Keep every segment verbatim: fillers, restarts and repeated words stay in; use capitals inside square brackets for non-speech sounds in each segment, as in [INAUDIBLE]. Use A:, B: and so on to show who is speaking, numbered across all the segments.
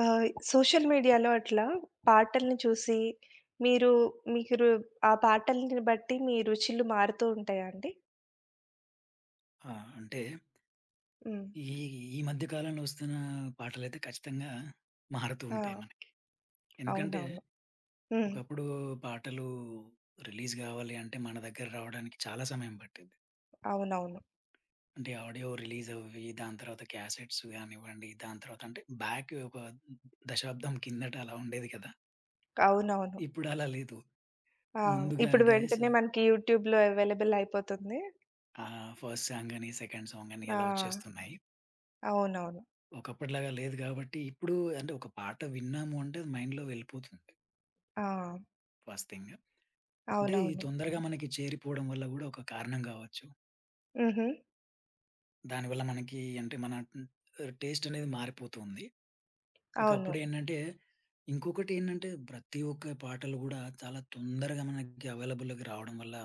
A: ఆహ్, సోషల్ మీడియాలో అట్లా పాటల్ని చూసి మీరు, మీరు ఆ పాటల్ని బట్టి మీ రుచులు మారుతూ ఉంటాయా అండి?
B: ఆ! అంటే
A: హ్మ్.
B: ఈ ఈ మధ్య కాలంలో వస్తున్న పాటలైతే ఖచ్చితంగా మారుతూ
A: ఆ!
B: ఉంటాయి మనకి. ఎందుకంటే
A: అవునవును. హ్మ్.
B: ఒకప్పుడు పాటలు రిలీజ్ గావాలి అంటే మన దగ్గర రావడానికి చాలా సమయం పట్టేది.
A: అవునవును.
B: అంటే ఆడియో రిలీజ్ అవ్వి, దాని తర్వాత క్యాసెట్స్ గానివ్వండి, దాని తర్వాత అంటే బ్యాక్ ఒక దశాబ్దం కిందట అలా ఉండేది కదా!
A: అవునవును.
B: ఇప్పుడు అలా లేదు.
A: ఆ!
B: ముందుగా
A: ఇప్పుడు
B: అంటే స
A: వెంటనే మనకి యూట్యూబ్‌లో అవైలబుల్ అయిపోతుంది.
B: ఆహ్, ఫస్ట్ సాంగ్ అని, సెకండ్ సాంగ్ అని
A: ఆ!
B: అలా వచ్చేస్తున్నాయి.
A: అవునవును.
B: ఒకప్పటిలాగా లేదు కాబట్టి ఇప్పుడు అంటే ఒక పాట విన్నాము అంటే మైండ్‌లో వెళ్ళిపోతుంది
A: ఆ!
B: First thing. అంటే ఈ
A: అవునవును.
B: తొందరగా మనకి చేరిపోవడం వల్ల గూడా ఒక కారణం గావచ్చు.
A: హుహు.
B: దానివల్ల మనకి అంటే మన హ్మ్, ఆహ్, టేస్ట్ అనేది మారిపోతుంది.
A: అవును.
B: ఒకప్పుడేంటంటే ఇంకొకటేంటంటే ప్రతి ఒక్క పాటలు గూడా చాలా తొందరగా మనకి అవైలబుల్‌లోకి రావడం వల్ల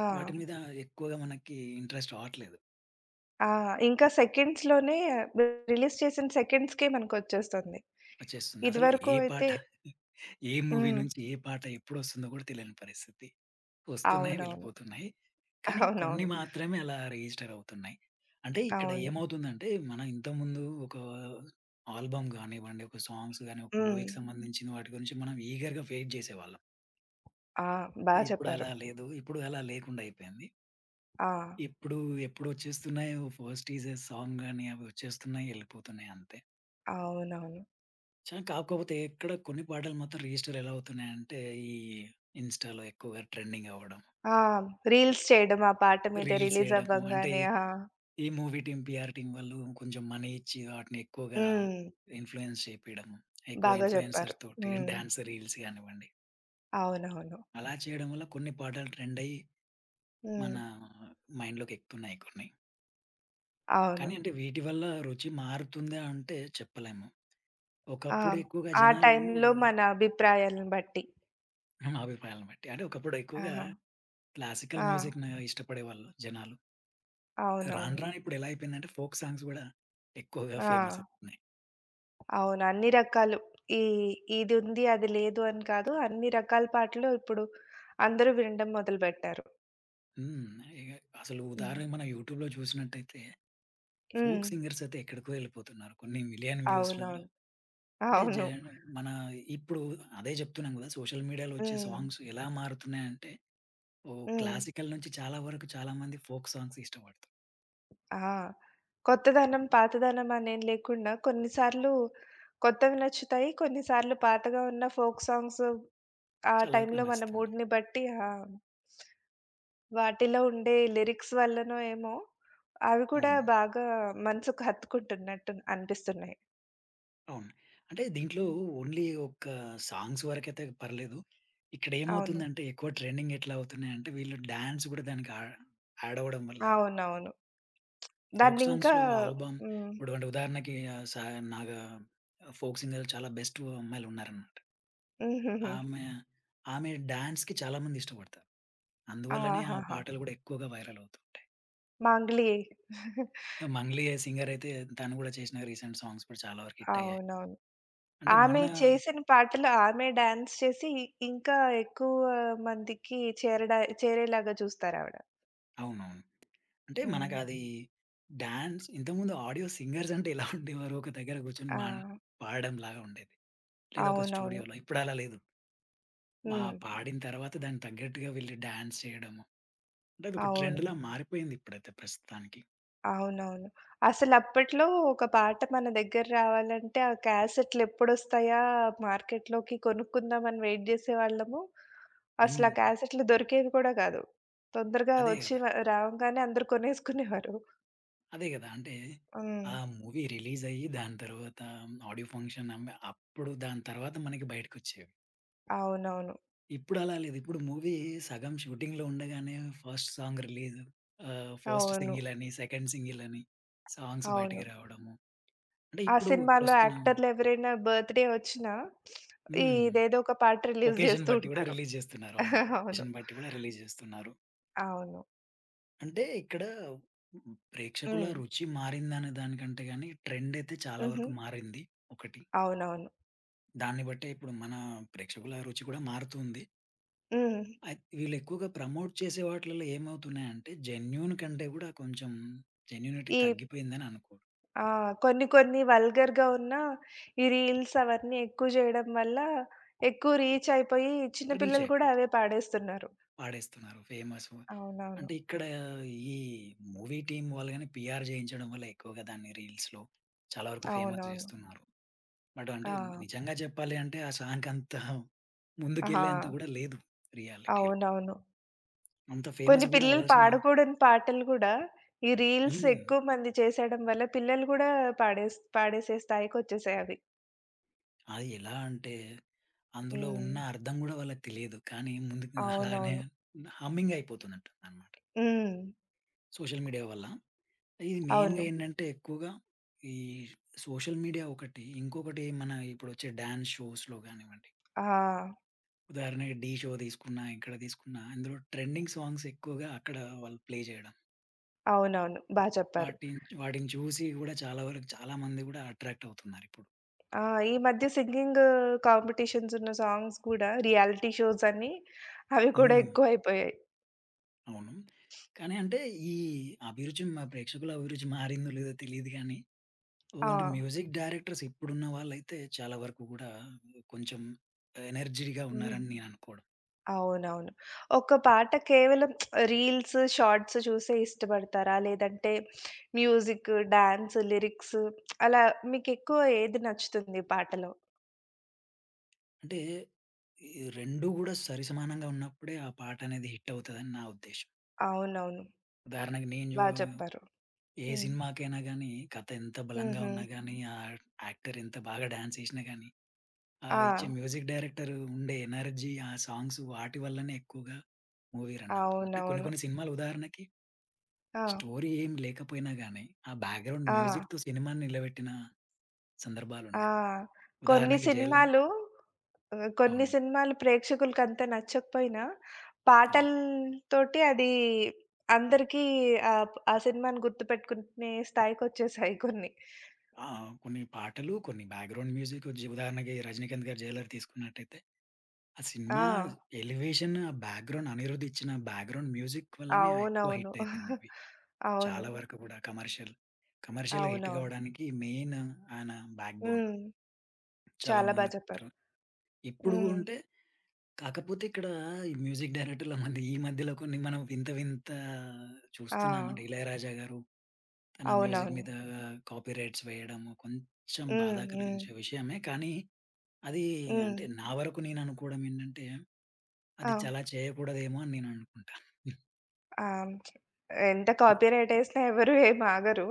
A: ఆ!
B: వాటి మీద ఎక్కువగా మనకి ఇంట్రెస్ట్ రావట్లేదు.
A: ఆ! ఇంకా సెకండ్స్‌లోనే రిలీజ్ చేసిన సెకండ్స్‌కే మనకొచ్చేస్తుంది.
B: వచ్చేస్తుంది. అసలు
A: ఇదివరకు
B: ఏ పాట
A: అయితే
B: [LAUGHS] ఏ మూవీ
A: హ్మ్.
B: నుంచి ఏ పాట ఎప్పుడొస్తుందో గూడా తెలియని పరిస్థితి. వస్తున్నాయి,
A: అవునవును.
B: వెళ్ళిపోతున్నాయి. కానీ కొన్ని
A: అవునవును.
B: మాత్రమే అలా రిజిస్టర్ అవుతున్నాయి. అంటే ఇక్కడ
A: అవును.
B: ఏమవుతుందంటే, మనం ఇంతకుముందు ఒక ఆల్బమ్ గానివ్వండి, ఒక సాంగ్స్ గాని, ఒక
A: హ్మ్.
B: మూవీకి సంబంధించిన వాటి గురించి మనం ఈగర్‌గా వెయిట్ జేసేవాళ్ళం.
A: ఆ! బా
B: ఇప్పుడు
A: చెప్పారు.
B: అలా లేదు. ఇప్పుడు అలా లేకుండా అయిపోయింది.
A: ఆ!
B: ఇప్పుడు ఎప్పుడొచ్చేస్తున్నాయో ఫస్ట్ టీజర్ సాంగ్ గాని అవి వచ్చేస్తున్నాయి, వెళ్ళిపోతున్నాయి అంతే.
A: అవునవును.
B: చ కాకపోతే ఎక్కడ కొన్ని పాటలు మాత్రం రిజిస్టర్ ఎలా అవుతున్నాయంటే, ఈ ఇన్‌స్టాలో ఎక్కువగా ట్రెండింగ్ అవ్వడం,
A: ఆ! రీల్స్ చేయడం ఆ పాట మీద
B: రీల్స్
A: రిలీజ్
B: చేయడము అంటే
A: అవ్వంగానే. ఆ!
B: ఈ మూవీ టీమ్, పీఆర్ టీమ్ వాళ్ళు కొంచెం మనీ ఇచ్చి వాటిని ఎక్కువగా
A: హ్మ్.
B: ఇన్‌ఫ్లుయెన్స్ చేపియడం. ఎక్కువ
A: బాగా చెప్పారు.
B: ఇన్‌ఫ్లుయెన్సర్స్ తోటి
A: హ్మ్.
B: డాన్స్ రీల్స్ గానివ్వండి,
A: అవునవును.
B: అలా చేయడం వల్ల కొన్ని పాటలు ట్రెండ్ అయ్యి మన
A: హ్మ్.
B: మైండ్‌లోకి ఎక్కుతున్నాయి కొన్ని.
A: అవును.
B: కానీ అంటే వీటి వల్ల రుచి మారుతుందా అంటే చెప్పలేము.
A: ఆ!
B: ఒకప్పుడు ఎక్కువగా
A: ఆ
B: జనాలు
A: టైంలో మన అభిప్రాయాలను బట్టి.
B: నా అభిప్రాయాలను బట్టి అంటే ఒకప్పుడు ఎక్కువగా
A: ఆహా! ఆ!
B: క్లాసికల్ మ్యూజిక్‌ని ఇష్టపడేవాళ్ళు జనాలు. రాను
A: అవునవును.
B: రాను ఇప్పుడు ఎలా అయిపోయిందంటే ఫోక్ సాంగ్స్ గూడా ఎక్కువగా ఫేమస్
A: ఆ!
B: అవుతున్నాయి.
A: అవును. అన్ని రకాలు ఈ ఇదుంది, అది లేదు అని కాదు. అన్ని రకాల పాటలు ఇప్పుడు అందరూ వినడం మొదలుపెట్టారు.
B: హ్మ్. ఇగ అసలు
A: హ్మ్.
B: ఉదాహరణకి మనం యూట్యూబ్‌లో చూసినట్టయితే,
A: హ్మ్.
B: ఫోక్ సింగర్స్ అయితే ఎక్కడికో ఎళ్ళిపోతున్నారు. కొన్ని మిలియన్ వ్యూస్‌లలో.
A: అవునవును.
B: అంటే
A: అవును.
B: జన్ మన ఇప్పుడు అదే చెప్తున్నాం కదా! సోషల్ మీడియాలో వచ్చే
A: హ్మ్.
B: సాంగ్స్ ఎలా మారుతున్నాయంటే, ఓ
A: హ్మ్.
B: క్లాసికల్ నుంచి చాలా వరకు చాలామంది ఫోక్ సాంగ్స్ ఇష్టపడతారు.
A: ఆ! కొత్తదనం, పాతదనం అనేం లేకుండా కొన్నిసార్లు కొత్తవి నచ్చుతాయి. కొన్నిసార్లు పాతగా ఉన్న ఫోక్ సాంగ్స్ ఆ
B: చాలా వరకు
A: టైంలో మన
B: నచ్చుతుంటాయి.
A: మూడ్‌ని బట్టి ఆ! వాటిలో ఉండే లిరిక్స్ వల్లనో ఏమో అవి కూడా
B: అవును.
A: బాగా మనసుకు హత్తుకుంటున్నట్టు అనిపిస్తున్నాయి.
B: అవును. అంటే దీంట్లో
A: హ్మ్.
B: ఓన్లీ ఒక సాంగ్స్ వరకైతే పర్లేదు. ఇక్కడ
A: అవును.
B: ఏమవుతుందంటే ఎక్కువ ట్రెండింగ్ ఎట్లా అవుతున్నాయంటే వీళ్ళు డాన్స్ కూడా దానికి ఆ యాడ్ అవ్వడం వల్ల
A: అవునవును.
B: ఫోక్
A: దాన్నింకా
B: సాంగ్స్‌లో ఆల్బమ్
A: హ్మ్.
B: ఇప్పుడు అంటే ఉదాహరణకి ఆహ్, సా నాగా ఫోక్ సింగర్ చాలా బెస్ట్ అమ్మాయిలున్నారనమాట.
A: [LAUGHS] హుహుహు.
B: ఆమె, ఆమె డాన్స్‌కి చాలా మంది ఇష్టపడతారు. అందువల్లనే ఆ
A: ఆహాహా!
B: పాటలు గూడా ఎక్కువగా వైరల్ అవుతుంటాయి.
A: మాంగ్లీ.
B: మంగ్లీ ఏ సింగర్ అయితే తను గూడా చేసిన రీసెంట్ సాంగ్స్ కూడా చాలా వరకు హిట్ అయ్యాయి.
A: అవునవును.
B: అంటే
A: ఆమె
B: మొన్న
A: చేసిన పాటలు ఆమె డాన్స్ చేసి ఇంకా ఎక్కువ మందికి చేరడా చేరేలాగా చూస్తారావిడ.
B: అవునవును. అంటే
A: హ్మ్.
B: మనకది డాన్స్ ఇంతకుముందు ఆడియో సింగర్స్ అంటే ఎలా ఉండేవారు? ఒక దగ్గర కూర్చొని
A: ఆ!
B: మా పాడడం లాగా ఉండేది. లేదా ఒక
A: అవునవును.
B: స్టూడియోలో. ఇప్పుడలా లేదు. ఆ
A: హ్మ్.
B: పాడిన తర్వాత దానికి తగ్గట్టుగా వీళ్ళు డాన్స్ చేయడము అంటే అదొక
A: అవును.
B: ట్రెండ్‌లా మారిపోయింది ఇప్పుడైతే ప్రస్తుతానికి.
A: అవునవును. అసలప్పట్లో ఒక పాట మన దగ్గర రావాలంటే ఆ క్యాసెట్‌లెప్పుడొస్తాయా మార్కెట్‌లోకి కొనుక్కుందామని వెయిట్ జేసేవాళ్ళము. అసలు ఆ
B: హ్మ్.
A: క్యాసెట్లు దొరికేవి కూడా కాదు. తొందరగా
B: అదే
A: వచ్చి
B: గదా!
A: వ రావంగానే అందరూ కొనేసుకునేవారు.
B: అదే గదా! అంటే
A: హ్మ్.
B: ఆ మూవీ రిలీజ్ అయ్యి దాని తర్వాత ఆడియో ఫంక్షన్ అమ్ అప్పుడు దాని తర్వాత మనకి బయటకొచ్చేవి.
A: అవునవును.
B: ఇప్పుడు అలా లేదు. ఇప్పుడు మూవీ సగం షూటింగ్‌లో ఉండగానే ఫస్ట్ సాంగ్ రిలీజ్ ఆహ్, ఫస్ట్
A: అవును.
B: సింగిల్ అని, సెకండ్ సింగిల్ అని సాంగ్స్
A: అవును.
B: బయటికి రావడము. అంటే
A: ఆ
B: ఇప్పుడు
A: సినిమాలో
B: ఇప్పుడొస్తున్న
A: యాక్టర్‌లు ఎవరైనా బర్త్‌డే వచ్చినా ఈ
B: హ్మ్.
A: ఇదేదో ఒక పాట రిలీజ్
B: ఒకేషన్
A: జేస్తూ
B: బట్టి గూడా
A: ఉంటారు.
B: రిలీజ్ జేస్తున్నారు. అవును.
A: [LAUGHS] అవును.
B: ఒకేషన్ బట్టి గూడా రిలీజ్ జేస్తున్నారు.
A: అవును.
B: అంటే ఇక్కడ హ్మ్, ప్రేక్షకుల
A: హ్మ్.
B: రుచి మారిందనే దానికంటే గాని, ట్రెండ్ అయితే చాలా
A: హుహు.
B: వరకు మారింది ఒకటి.
A: అవునవును.
B: దాన్ని బట్టే ఇప్పుడు మన ప్రేక్షకుల రుచి కూడా మారుతుంది.
A: హ్మ్.
B: అయి వీళ్ళు ఎక్కువగా ప్రమోట్ చేసే వాటిలలో ఏమవుతున్నాయంటే, జెన్యూన్ కంటే కూడా కొంచెం జెన్యూనిటీ
A: ఈ
B: తగ్గిపోయిందని అనుకోరు.
A: ఆ! కొన్ని కొన్ని వల్గర్‌గా ఉన్న ఈ రీల్స్ అవన్నీ ఎక్కువ జేయడం వల్ల ఎక్కువ రీచ్ అయిపోయి చిన్న
B: రీచ్
A: పిల్లలు గూడా
B: అయిపోతుంది.
A: అవే పాడేస్తున్నారు.
B: వాడేస్తున్నారు ఫేమస్
A: అవునవును.
B: అంటే ఇక్కడ ఈ మూవీ టీమ్ వాళ్ళు గాని, పీఆర్ చేయించడం వల్ల ఎక్కువగా దాన్ని రీల్స్‌లో చాలా వరకు ఫేమస్
A: అవునవును.
B: చేస్తున్నారు. బట్ అంటే
A: ఆ!
B: నిజంగా చెప్పాలి అంటే ఆ సాంగ్ అంత ముందుకెళ్ళేంత
A: ఆ!
B: గూడా లేదు రియాలిటీలో.
A: అవునవును.
B: అంత
A: కొన్ని
B: ఫేమస్ గూడా
A: పిల్లలు
B: అవ్వాల్సిన
A: పాడకూడని పాటలు కూడా, ఈ రీల్స్
B: హ్మ్.
A: ఎక్కువ మంది చేసేయడం వల్ల పిల్లలు కూడా పాడేస్ పాడేసే స్థాయికొచ్చేసాయి అవి.
B: అది ఎలా అంటే అందులో
A: హ్మ్.
B: ఉన్న అర్థం గూడా వాళ్ళకి తెలియదు. కానీ ముందుకు అలానే
A: అవునవును.
B: హమ్మింగ్ అయిపోతుందంటనమాట
A: హ్మ్.
B: సోషల్ మీడియా వల్ల. ఇది మెయిన్‌గా
A: అవును.
B: ఏంటంటే ఎక్కువగా ఈ సోషల్ మీడియా ఒకటి. ఇంకొకటి మన ఇప్పుడొచ్చే డాన్స్ షోస్‌లో గానివ్వండి.
A: ఆ!
B: ఉదాహరణకి 'ఢీ' షో తీసుకున్నా, ఇక్కడ తీసుకున్నా అందులో ట్రెండింగ్ సాంగ్స్ ఎక్కువగా అక్కడ వాళ్ళు ప్లే చేయడం.
A: అవునవును. బా చెప్పారు.
B: వాటిని వాటిని చూసి గూడా చాలా వరకు చాలామంది గూడా అట్రాక్ట్ అవుతున్నారిప్పుడు.
A: ఆ! ఈ మధ్య సింగింగ్ కాంపిటీషన్స్ ఉన్న సాంగ్స్ కూడా రియాలిటీ షోస్ అని అవి కూడా
B: హ్మ్.
A: ఎక్కువైపోయాయి.
B: అవును. కానీ అంటే ఈ అభిరుచి మా ప్రేక్షకుల అభిరుచి మారిందో లేదో తెలీదు గానీ, ఓ
A: ఆ!
B: అంటే మ్యూజిక్ డైరెక్టర్స్ ఇప్పుడున్న వాళ్ళైతే చాలా వరకు గూడా కొంచెం ఎనర్జీగా
A: హ్మ్.
B: ఉన్నారని నేననుకోవడం.
A: అవునవును. ఒక పాట కేవలం రీల్స్, షార్ట్స్ చూసే ఇష్టపడతారా? లేదంటే మ్యూజిక్, డాన్స్, లిరిక్స్ అలా మీకెక్కువ ఏది నచ్చుతుంది పాటలో?
B: అంటే ఈ రెండు గూడా సరిసమానంగా ఉన్నప్పుడే ఆ పాట అనేది హిట్ అవుతదని నా ఉద్దేశ్యం.
A: అవునవును.
B: ఉదాహరణకి నేను జూ
A: బా చెప్పారు.
B: ఏ
A: హ్మ్.
B: సినిమాకైనా గానీ కథ ఎంత బలంగా
A: హుహు.
B: ఉన్నా గానీ, ఆ యాక్టర్ ఎంత బాగా డాన్స్ ఏసినా గానీ ఆ! ఇచ్చే
A: ఆ!
B: మ్యూజిక్ డైరెక్టర్ ఉండే ఎనర్జీ, ఆ సాంగ్స్ వాటి వల్లనే ఎక్కువగా మూవీ రన్ అవుతుంది. అంటే కొన్ని
A: అవునవును.
B: కొన్ని సినిమాలు ఉదాహరణకి
A: ఆ!
B: స్టోరీ ఏం లేకపోయినా గాని, ఆ బ్యాక్‌గ్రౌండ్
A: ఆ!
B: మ్యూజిక్‌తో సినిమాని నిలబెట్టిన
A: ఆ!
B: సందర్భాలున్నాయి.
A: కొన్ని
B: ఉదాహరణకి జైల
A: సినిమాలు ఆహ్, కొన్ని
B: అవును.
A: సినిమాలు ప్రేక్షకులకంత నచ్చకపోయినా,
B: అవును.
A: పాటలతోటి అది అందరికీ ఆహ్, ప్ ఆ సినిమాని గుర్తుపెట్టుకునే స్థాయికొచ్చేసాయి కొన్ని.
B: ఆ! కొన్ని పాటలు, కొన్ని బ్యాక్‌గ్రౌండ్ మ్యూజిక్ జి ఉదాహరణకి 'రజనీకాంత్' గారి 'జైలర్' తీసుకున్నట్టయితే, ఆ సినిమా
A: ఆ!
B: ఎలివేషన్, ఆ బ్యాక్‌గ్రౌండ్ అనిరుద్ ఇచ్చిన బ్యాక్‌గ్రౌండ్ మ్యూజిక్ వల్లనే ఆ ఎక్కువ
A: అవునవును.
B: హిట్ అయింది మూవీ.
A: అవును.
B: చాలా వరకు కూడా కమర్షియల్. కమర్షియల్‌గా హిట్
A: అవునవును.
B: కావడానికి మెయిన్ ఆయన బ్యాక్‌బోన్.
A: హ్మ్.
B: చాలా
A: చాలా బా
B: ముందున్నారు.
A: చెప్పారు.
B: ఇప్పుడు
A: హ్మ్.
B: ఉంటే కాకపోతే ఇక్కడ ఈ మ్యూజిక్ డైరెక్టర్ల మధ్య ఈ మధ్యలో కొన్ని మనం వింత వింత
A: ఆ!
B: చూస్తున్నామంటే 'ఇళయరాజా' గారు తన మ్యూజిక్
A: అవునవును.
B: మీద కాపీ రైట్స్ వేయడము కొంచెం బాధ
A: హ్మ్. హ్మ్.
B: కలిగించే విషయమే. కానీ అది
A: హ్మ్.
B: అంటే నా వరకు నేను అనుకోవడం ఏంటంటే, అది
A: ఆ!
B: చాలా చేయకూడదేమో అని నేను అనుకుంటాను.
A: ఆ! ఎంత కాపీరైట్ ఏసినా ఎవరు ఏమి ఆగరు.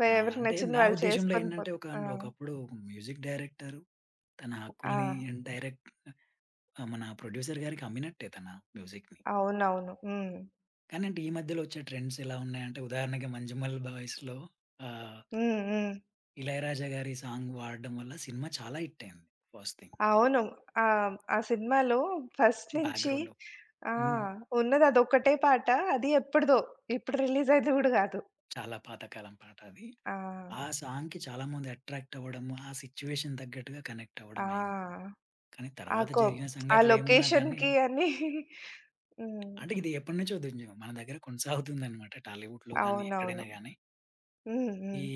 A: వే
B: ఆ!
A: ఎవరికి
B: అంటే
A: నచ్చింది
B: నా
A: వాళ్ళు
B: ఉద్దేశంలో
A: చేసుకొని పో
B: ఏంటంటే ఒక
A: ఆ!
B: అండ్ ఒకప్పుడు మ్యూజిక్ డైరెక్టర్ తన
A: ఆ!
B: హక్కుల్ని డైరెక్ట్ ఆహ్, మన ప్రొడ్యూసర్ గారికి అమ్మినట్టే తన మ్యూజిక్‌ని.
A: అవునవును. హ్మ్.
B: కానీ అంటే ఈ మధ్యలో వచ్చే ట్రెండ్స్ ఎలా ఉన్నాయంటే ఉదాహరణకి 'మంజుమల్ బాయ్స్‌లో' ఆహ్,
A: హ్మ్. హ్మ్.
B: 'ఇళయరాజా' గారి సాంగ్ వాడడం వల్ల సినిమా చాలా హిట్ అయింది. ఫస్ట్ థింగ్
A: అవును. ఆ! ఆ సినిమాలో ఫస్ట్ నుంచి
B: బ్యాక్‌గ్రౌండ్‌లో.
A: ఆ!
B: హ్మ్.
A: ఉన్నది అదొక్కటే పాట. అది ఎప్పటిదో. ఇప్పుడు రిలీజ్ అయింది గూడా గాదు.
B: చాలా పాతకాలం పాట అది.
A: ఆ!
B: ఆ సాంగ్‌కి చాలామంది అట్రాక్ట్ అవ్వడం, ఆ సిట్యుయేషన్ తగ్గట్టుగా కనెక్ట్ అవ్వడం అయింది.
A: ఆ!
B: కానీ
A: ఆ
B: తర్వాత
A: కొ
B: జరిగిన
A: ఆ
B: సంఘటనలు ఏమున్నా గాని
A: లొకేషన్‌కి అని [LAUGHS] హ్మ్.
B: అంటే ఇది ఎప్పటినుంచో దుంజు మన దగ్గర కొనసాగుతుందనమాట. టాలీవుడ్‌లో గాని,
A: అవునవును.
B: ఎక్కడైనా గాని.
A: హ్మ్.
B: ఈ
A: హ్మ్.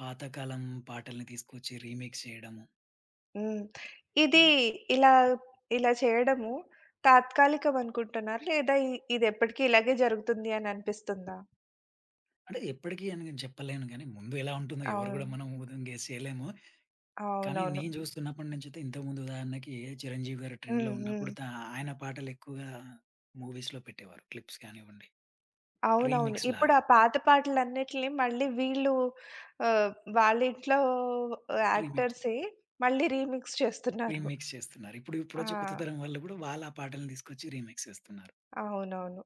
B: పాతకాలం పాటల్ని తీసుకొచ్చి రీమేక్ చేయడము.
A: హ్మ్. ఇది
B: అన్
A: ఇలా, ఇలా చేయడము తాత్కాలికం అనుకుంటున్నారా? లేదా ఇ ఇదెప్పటికి ఇలాగే జరుగుతుంది అని అనిపిస్తుందా?
B: అంటే ఎప్పటికి అని నేను చెప్పలేను గానీ, ముందు ఎలా ఉంటుందో ఎవరు
A: అవును.
B: గూడా మనం ఊహం గెస్ చేయలేము. కానీ
A: అవునవును.
B: నేను జూస్తున్నప్పటి నుంచైతే ఇంతకుముందు ఉదాహరణకి 'చిరంజీవి' గారు ట్రెండ్‌లో
A: హ్మ్. హ్మ్.
B: ఉన్నప్పుడు తా ఆయన పాటలు ఎక్కువగా మూవీస్‌లో పెట్టేవారు. క్లిప్స్ కానివ్వండి,
A: అవునవును.
B: రీమిక్స్
A: ఇప్పుడు
B: లాగా.
A: ఆ పాత పాటలన్నిటిని మళ్ళీ వీళ్ళు ఆహ్, వాళ్ళ ఇంట్లో
B: రీమిక్స్,
A: యాక్టర్సే మళ్ళీ రీమిక్స్ చేస్తున్నారు.
B: రీమిక్స్ చేస్తున్నారు. ఇప్పుడు
A: ఆ!
B: ఇప్పుడొచ్చే కొత్త తరం వాళ్ళు గూడా వాళ్ళ ఆ పాటలను తీసుకొచ్చి రీమిక్స్ చేస్తున్నారు.
A: అవునవును.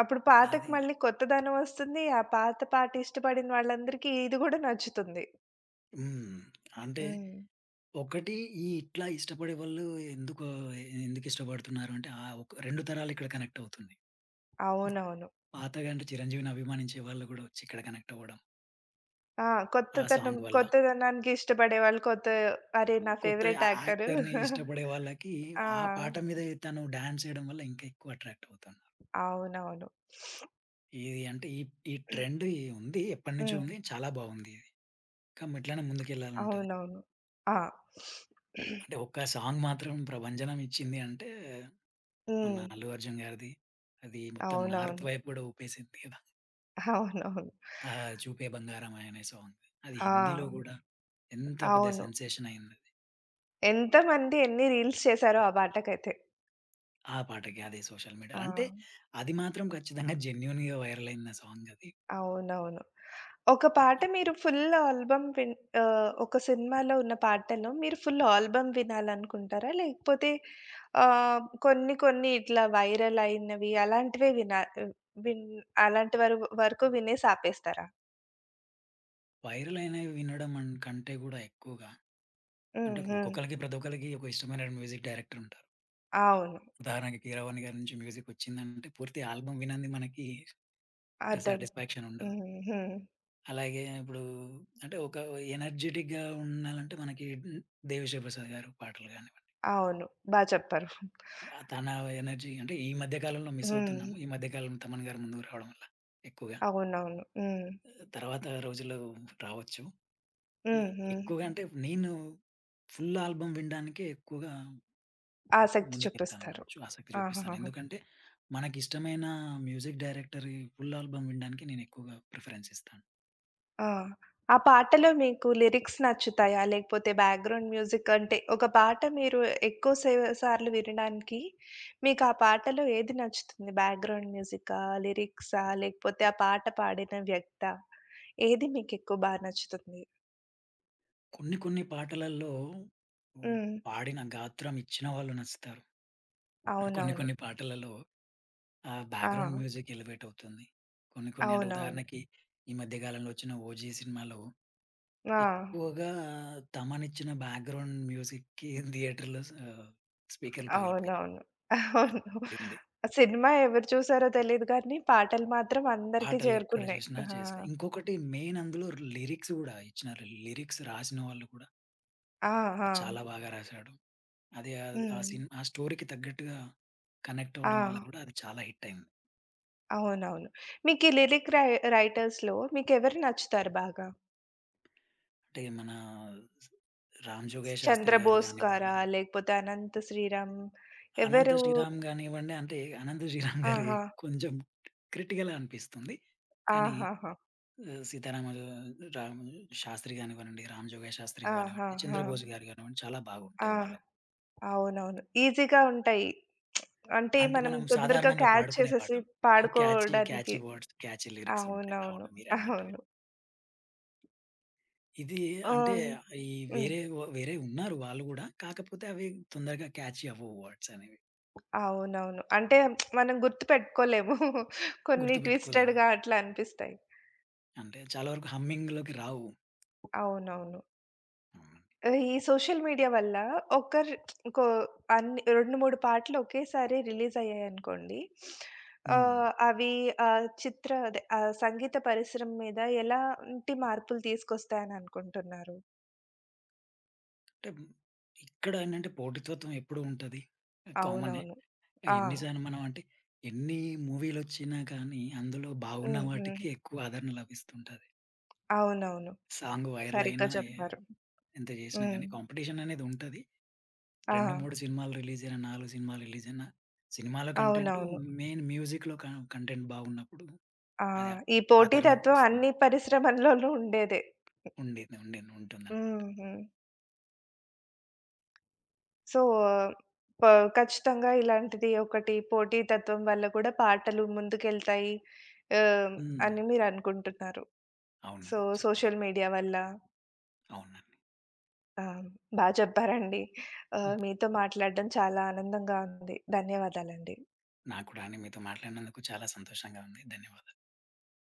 A: అప్పుడు పాతకి
B: అది
A: మళ్ళీ కొత్తదనం వస్తుంది. ఆ పాత పాట ఇష్టపడిన వాళ్ళందరికీ ఇది గూడా నచ్చుతుంది.
B: హ్మ్. అంటే
A: హ్మ్.
B: ఒకటి ఈ ఇట్లా ఇష్టపడే వాళ్ళు ఎందుకో ఎందుకు ఇష్టపడుతున్నారు అంటే ఆ ఒక రెండు తరాలు ఇక్కడ కనెక్ట్ అవుతుంది.
A: అవునవును.
B: పాతగా అంటే చిరంజీవిని అభిమానించే వాళ్ళు గూడా వచ్చి ఇక్కడ కనెక్ట్ అవ్వడం.
A: ఆ!
B: ఆ
A: కొత్తతనం
B: సాంగ్ వల్ల.
A: కొత్తదనానికి ఇష్టపడేవాళ్ళు కొత్త అరే!
B: కొ
A: నా
B: కొత్త ఆ
A: ఫేవరెట్ యాక్టరు.
B: యాక్టర్‌ని ఇష్టపడే వాళ్ళకి
A: ఆ!
B: ఆ పాట మీద తను డాన్స్ చేయడం వల్ల ఇంకా ఎక్కువ అట్రాక్ట్ అవుతున్నారు.
A: అవునవును.
B: ఇది అంటే ఈ ఈ ట్రెండ్ ఈ ఉంది. ఎప్పటినుంచో
A: హ్మ్.
B: ఉంది. చాలా బావుంది ఇది. కం ఇట్లానే ముందుకెళ్ళాలంటది.
A: అవునవును. ఆ!
B: అంటే ఒక్క సాంగ్ మాత్రం ప్రభంజనం ఇచ్చింది అంటే మన
A: హ్మ్.
B: అల్లు అర్జున్ గారిది. అది మొత్తం నార్త్
A: అవునవును.
B: వైపు గూడా ఊపేసింది కదా!
A: అవునవును.
B: ఆ! 'చూపే బంగారమాయ' అనే సాంగ్. అది
A: ఆ!
B: హిందీలో గూడా హ్మ్. ఎంత పెద్ద
A: అవును.
B: సెన్సేషన్ అయిందది.
A: ఎంతమంది ఎన్ని రీల్స్ చేశారో ఆ పాటకైతే.
B: ఆ పాటకి అదే సోషల్ మీడియా.
A: ఆ!
B: అంటే అది మాత్రం ఖచ్చితంగా జెన్యూన్‌గా వైరల్ అయింది ఆ సాంగ్ అది.
A: అవునవును. ఒక పాట మీరు ఫుల్ ఆల్బమ్ విన్ ఆహ్, ఒక సినిమాలో ఉన్న పాటను మీరు ఫుల్ ఆల్బమ్ వినాలనుకుంటారా? లేకపోతే ఆహ్, కొన్ని కొన్ని ఇట్లా వైరల్ అయినవి అలాంటివే వినా ఆహ్, విన్ అలాంటి వర వరకు వినేసి ఆపేస్తారా?
B: వైరల్ అయినవి వినడం అన్ కంటే గూడా ఎక్కువగా
A: హ్మ్.
B: అంటే
A: హ్మ్.
B: ఒక్కొక్కళ్ళకి ప్రతి ఒక్కళ్ళకి ఒక ఇష్టమైన మ్యూజిక్ డైరెక్టర్ ఉంటారు.
A: అవును.
B: ఉదాహరణకి 'కీరవాణి' గారి నుంచి మ్యూజిక్ వచ్చిందంటే పూర్తి ఆల్బమ్ వినంది మనకి
A: అర్థం.
B: సాటిస్ఫాక్షన్ ఉండదు.
A: హ్మ్. హ్మ్.
B: అలాగే ఇప్పుడు అంటే ఒక ఎనర్జిటిక్‌గా ఉండాలంటే మనకి 'దేవిశ్రీ ప్రసాద్' గారు పాటలు గానివ్వండి.
A: అవును. బా చెప్పారు.
B: ఆ! తన ఎనర్జీ అంటే ఈ మధ్య కాలంలో మిస్
A: హ్మ్.
B: అవుతున్నాము. ఈ మధ్య కాలంలో తమన్ గారు ముందుకు రావడం వల్ల ఎక్కువగా.
A: అవునవును. హ్మ్.
B: తర్వాత రోజుల్లో రావచ్చు. ఈ
A: హ్మ్. హ్మ్.
B: ఎక్కువగా అంటే నేను ఫుల్ ఆల్బమ్ వినడానికే ఎక్కువగా
A: ఆసక్తి చూపిస్తారు.
B: ముందుకెళ్తాననొచ్చు. ఆసక్తి చూపిస్తాను.
A: ఆహాహా!
B: ఎందుకంటే మనకిష్టమైన మ్యూజిక్ డైరెక్టరీ ఫుల్ ఆల్బమ్ వినడానికి నేను ఎక్కువగా ప్రిఫరెన్స్ ఇస్తాను.
A: ఆ! ఆ పాటలో మీకు లిరిక్స్ నచ్చుతాయా? లేకపోతే బ్యాక్‌గ్రౌండ్ మ్యూజిక్ అంటే, ఒక పాట మీరు ఎక్కువ సే సార్లు వినడానికి మీకు ఆ పాటలో ఏది నచ్చుతుంది? బ్యాక్‌గ్రౌండ్ మ్యూజికా? లిరిక్సా? లేకపోతే ఆ పాట పాడిన వ్యక్తా? ఏది మీకు ఎక్కువ బా నచ్చుతుంది?
B: కొన్ని కొన్ని పాటలలో హ్మ్,
A: హ్మ్.
B: పాడిన గాత్రం ఇచ్చిన వాళ్ళు నచ్చుతారు. కొన్ని
A: అవునవును.
B: కొన్ని పాటలలో ఆ! బ్యాక్‌గ్రౌండ్
A: ఆ!
B: మ్యూజిక్ ఎలివేట్ అవుతుంది. కొన్ని కొన్ని అంటే
A: అవునవును.
B: ఉదాహరణకి ఈ మధ్య కాలంలో వచ్చిన 'ఓజీ' సినిమాలో
A: ఆ!
B: ఎక్కువగా తమనిచ్చిన బ్యాక్‌గ్రౌండ్ మ్యూజిక్‌కి థియేటర్‌లో స స్పీకర్‌లు పగిలిపోయాయి.
A: అవునవును. అవును.
B: పడింది.
A: సినిమా ఎవరు చూసారో తెలీదు గానీ, పాటలు మాత్రం అందరికీ
B: పాటలు ఎక్కడ
A: చేరుకున్నాయి.
B: చూసినా
A: ఆ!
B: చేస్తా. ఇంకొకటి మెయిన్ అందులో లిరిక్స్ గూడా ఇచ్చిన లిరిక్స్ రాసిన వాళ్ళు కూడా
A: ఆ! ఆ!
B: చాలా బాగా రాశాడు. అది ఆహ్, ఆ
A: హ్మ్.
B: సిన్ ఆ స్టోరీకి తగ్గట్టుగా కనెక్ట్
A: ఆ!
B: అవ్వడం వల్ల గూడా అది చాలా హిట్ అయింది.
A: అవునవును. మీకీ లిరిక్ రై రైటర్స్‌లో మీకెవరు నచ్చుతారు బాగా?
B: అంటే మన 'రామ్ జోగయ్య శాస్త్రి' గారు
A: 'చంద్రబోస్'
B: గానివ్వండి
A: గారా? లేకపోతే 'అనంత శ్రీరామ్'
B: అనంత
A: ఎవరు?
B: శ్రీరామ్ గానివ్వండి, అంటే అనంత శ్రీరామ్ గారి
A: ఆహా!
B: కొంచెం క్రిటికలే అనిపిస్తుంది. కానీ
A: ఆహాహా!
B: ఆహ్, సీతారామ రామ్ శాస్త్రి గానివ్వనండి, 'రామ్ జోగయ్య శాస్త్రి' గానివ్వండి,
A: ఆహాహా!
B: 'చంద్రబోస్' గారు గానివ్వండి చాలా
A: ఆ!
B: బాగుంటాయి వాళ్ళవి.
A: అవునవును. ఈజీగా ఉంటాయి. అంటే
B: అంటే
A: మనం
B: మనం
A: తొందరగా
B: సాధారణంగా
A: క్యాచ్
B: పాడుకునే
A: చేసేసి
B: పాటలు. క్యాచీ, క్యాచీ
A: పాడుకోవడానికి.
B: వర్డ్స్, క్యాచీ లిరిక్స్ ఉంటాయి.
A: అవునవును.
B: అవును మీరన్నట్టుగా.
A: అవును.
B: ఇది అంటే
A: ఆహ్,
B: ఈ
A: హ్మ్.
B: వేరే వ వేరే ఉన్నారు వాళ్ళు గూడా. కాకపోతే అవి తొందరగా క్యాచీ అవ్వవు వర్డ్స్ అనేవి.
A: అవునవును. అంటే మనం గుర్తుపెట్టుకోలేము. [LAUGHS] కొన్ని
B: గుర్తుపెట్టుకోలేము.
A: ట్విస్టెడ్‌గా అట్లా అనిపిస్తాయి.
B: అంటే చాలా వరకు హమ్మింగ్‌లోకి రావు.
A: అవునవును.
B: అవునండి.
A: ఈ సోషల్ మీడియా వల్ల ఒకరు కో అన్ని రెండు, మూడు పాటలు ఒకేసారి రిలీజ్ అయ్యాయనుకోండి.
B: హ్మ్.
A: ఆహ్, అవి ఆహ్, చిత్ర అదే ఆహ్, సంగీత పరిశ్రమ మీద ఎలాంటి మార్పులు తీసుకొస్తాయని అనుకుంటున్నారు?
B: అంటే ఇక్కడ ఏంటంటే పోటీతత్వం ఎప్పుడూ ఉంటది. కామనే.
A: అవునవును. ఆ!
B: ఎన్ని సార్లు మనం అంటే ఎన్ని మూవీలొచ్చినా కానీ అందులో బాగున్న
A: హ్మ్. హ్మ్.
B: వాటికి ఎక్కువ ఆదరణ లభిస్తుంటది.
A: అవునవును.
B: సాంగ్ వైరల్
A: సరిగ్గా
B: అయినా ఎ
A: చెప్పారు.
B: ఎంత చేసినా
A: హ్మ్.
B: గానీ కాంపిటీషన్ అనేది ఉంటది.
A: ఆ!
B: రెండు, మూడు సినిమాలు రిలీజ్ అయినా, నాలుగు సినిమాలు రిలీజ్ అయినా సినిమాల కంటెంటు
A: అవునవును.
B: మెయిన్ మ్యూజిక్‌లో క కంటెంట్ బాగున్నప్పుడు
A: ఆ!
B: అది
A: ఈ
B: ఆదరణకు
A: పోటీతత్వం
B: వస్తుంది.
A: అన్ని పరిశ్రమల్లోనూ ఉండేదే.
B: ఉండేది ఉండింది ఉంటుందన్నమాట.
A: హ్మ్. హ్మ్. సో, ప ఖచ్చితంగా ఇలాంటిది ఒకటి పోటీ తత్వం వల్ల కూడా పాటలు ముందుకెళ్తాయి ఆహ్,
B: హ్మ్.
A: అని మీరనుకుంటున్నారు. సో,
B: అవునండి. చాలా
A: సోషల్ మీడియా వల్ల
B: అవునండి.
A: ఆ! బా చెప్పారండి. ఆహ్, మీతో మాట్లాడడం చాలా ఆనందంగా ఉంది. ధన్యవాదాలండి.
B: నాకు కూడా అండి. మీతో మాట్లాడినందుకు చాలా సంతోషంగా ఉంది. ధన్యవాదాలు.